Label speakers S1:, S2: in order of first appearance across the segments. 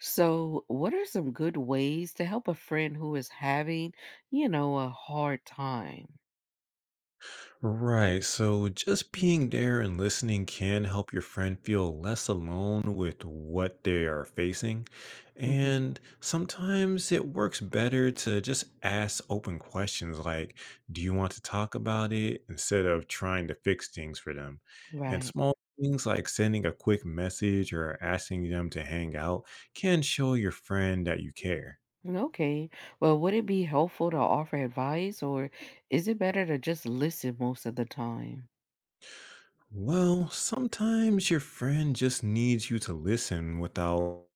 S1: So, what are some good ways to help a friend who is having, a hard time?
S2: Right. So just being there and listening can help your friend feel less alone with what they are facing.
S1: Hmm.
S2: And sometimes it works better to just ask open questions like, do you want to talk about it? Instead of trying to fix things for them. And
S1: Right.
S2: small things like sending a quick message or asking them to hang out can show your friend that you care.
S1: Okay. Well, would it be helpful to offer advice or is it better to just listen most of the time?
S2: Well, sometimes your friend just needs you to listen without.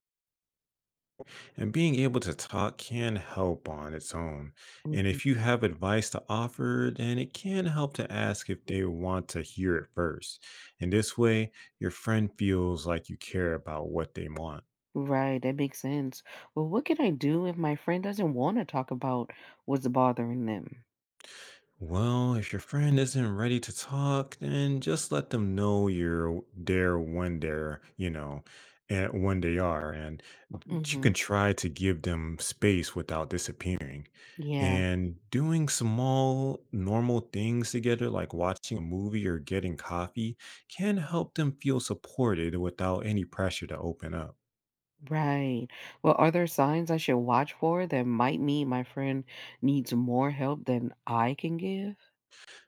S2: And being able to talk can help on its own. And
S1: Hmm.
S2: if you have advice to offer, then it can help to ask if they want to hear it first. And this way, your friend feels like you care about what they want.
S1: Right. That makes sense. Well, what can I do if my friend doesn't want to talk about what's bothering them?
S2: Well, if your friend isn't ready to talk, then just let them know you're there when they're, and when they are, and you can
S1: Hmm.
S2: try to give them space without disappearing.
S1: Yeah.
S2: And doing small, normal things together, like watching a movie or getting coffee, can help them feel supported without any pressure to open up.
S1: Right. Well, are there signs I should watch for that might mean my friend needs more help than I can give?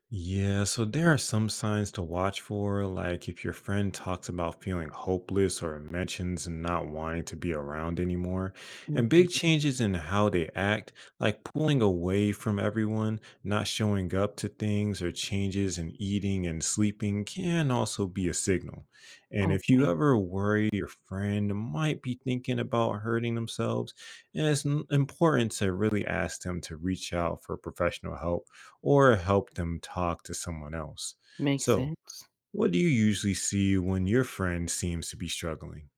S2: Yeah, so there are some signs to watch for, like if your friend talks about feeling hopeless or mentions not wanting to be around anymore, and
S1: Mhm.
S2: big changes in how they act, like pulling away from everyone, not showing up to things, or changes in eating and sleeping can also be a signal. And if you
S1: Okay,
S2: ever worry your friend might be thinking about hurting themselves, it's important to really ask them to reach out for professional help or help them talk to someone else.
S1: makes
S2: So,
S1: sense.
S2: what do you usually see when your friend seems to be struggling?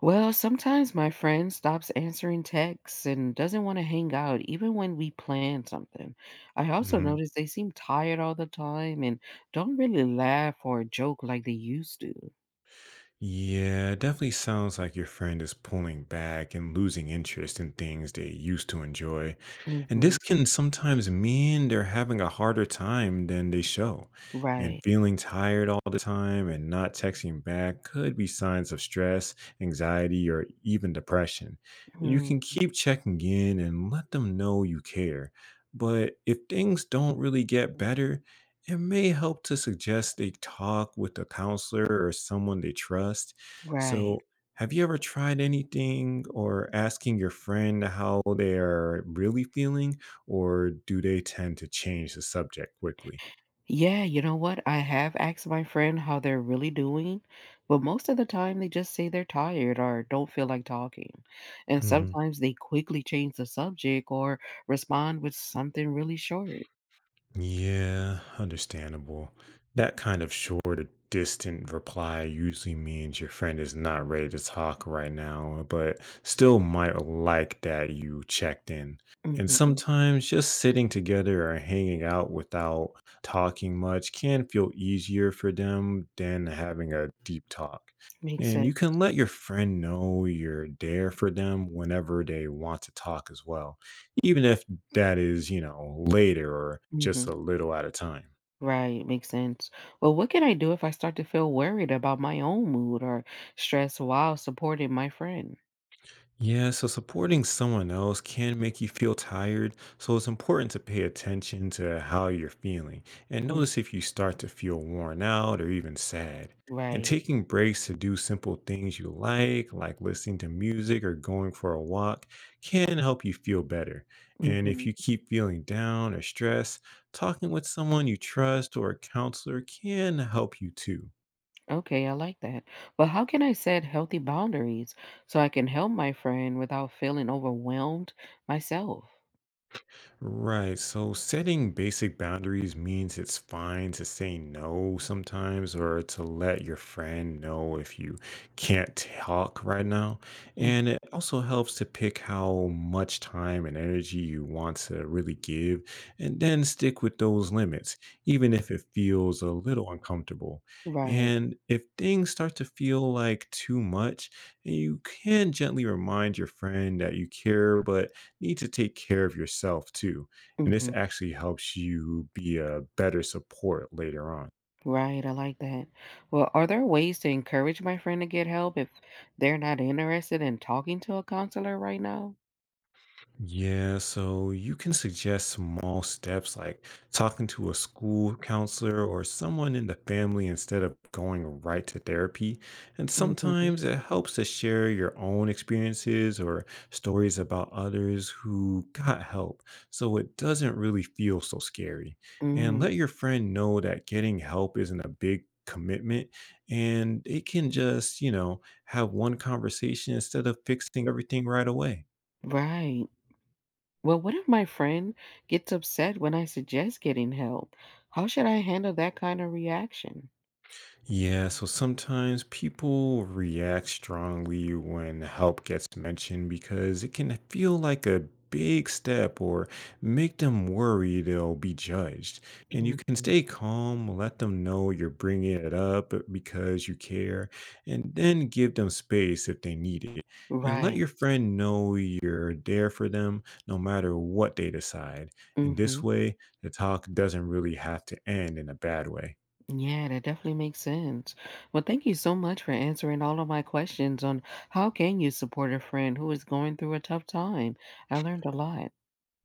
S1: Well, sometimes my friend stops answering texts and doesn't want to hang out, even when we plan something. I also
S2: Mm-hmm.
S1: notice they seem tired all the time and don't really laugh or joke like they used to.
S2: Yeah, it definitely sounds like your friend is pulling back and losing interest in things they used to enjoy. And
S1: Hmm.
S2: this can sometimes mean they're having a harder time than they show. And
S1: Right.
S2: feeling tired all the time and not texting back could be signs of stress, anxiety, or even depression. And you
S1: Mm.
S2: can keep checking in and let them know you care. But if things don't really get better, it may help to suggest a talk with a counselor or someone they trust.
S1: Right.
S2: So, have you ever tried anything or asking your friend how they are really feeling, or do they tend to change the subject quickly?
S1: Yeah, you know what? I have asked my friend how they're really doing, but most of the time they just say they're tired or don't feel like talking. And sometimes they quickly change the subject or respond with something really short.
S2: Yeah, understandable. That kind of short, or distant reply usually means your friend is not ready to talk right now, but still might like that you checked in. And
S1: Hmm.
S2: sometimes just sitting together or hanging out without talking much can feel easier for them than having a deep talk.
S1: Makes
S2: And
S1: sense.
S2: you can let your friend know you're there for them whenever they want to talk as well, even if that is, later or just
S1: Hmm.
S2: a little at a time.
S1: Right, makes sense. Well, what can I do if I start to feel worried about my own mood or stress while supporting my friend?
S2: Yeah, so supporting someone else can make you feel tired, so it's important to pay attention to how you're feeling and
S1: Mm.
S2: notice if you start to feel worn out or even sad. And
S1: Right.
S2: taking breaks to do simple things you like listening to music or going for a walk, can help you feel better. And if
S1: Hmm.
S2: you keep feeling down or stressed, talking with someone you trust or a counselor can help you too.
S1: Okay, I like that. But how can I set healthy boundaries so I can help my friend without feeling overwhelmed myself?
S2: Right. So setting basic boundaries means it's fine to say no sometimes or to let your friend know if you can't talk right now.
S1: Mm.
S2: And it also helps to pick how much time and energy you want to really give and then stick with those limits, even if it feels a little uncomfortable.
S1: Right.
S2: And if things start to feel like too much, you can gently remind your friend that you care, but need to take care of yourself too. And this
S1: Hmm.
S2: actually helps you be a better support later on.
S1: Right. I like that. Well, are there ways to encourage my friend to get help if they're not interested in talking to a counselor right now?
S2: Yeah, so you can suggest small steps like talking to a school counselor or someone in the family instead of going right to therapy. And
S1: Mm-hmm.
S2: sometimes it helps to share your own experiences or stories about others who got help, so it doesn't really feel so scary. And
S1: Mm,
S2: let your friend know that getting help isn't a big commitment and it can just have one conversation instead of fixing everything right away.
S1: right. Well, what if my friend gets upset when I suggest getting help? How should I handle that kind of reaction?
S2: Yeah, so sometimes people react strongly when help gets mentioned because it can feel like a big step or make them worry they'll be judged. And you
S1: Hmm.
S2: can stay calm, let them know you're bringing it up because you care, and then give them space if they need it. And let
S1: Right.
S2: your friend know you're there for them no matter what they decide. And
S1: Hmm.
S2: this way, the talk doesn't really have to end in a bad way.
S1: Yeah, that definitely makes sense. Well, thank you so much for answering all of my questions on how can you support a friend who is going through a tough time. I learned a lot.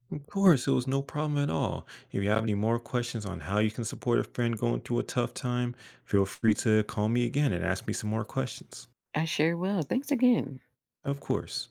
S2: Of course, it was no problem at all. If you have any more questions on how you can support a friend going through a tough time, feel free to call me again and ask me some more questions.
S1: I sure will. Thanks again.
S2: Of course.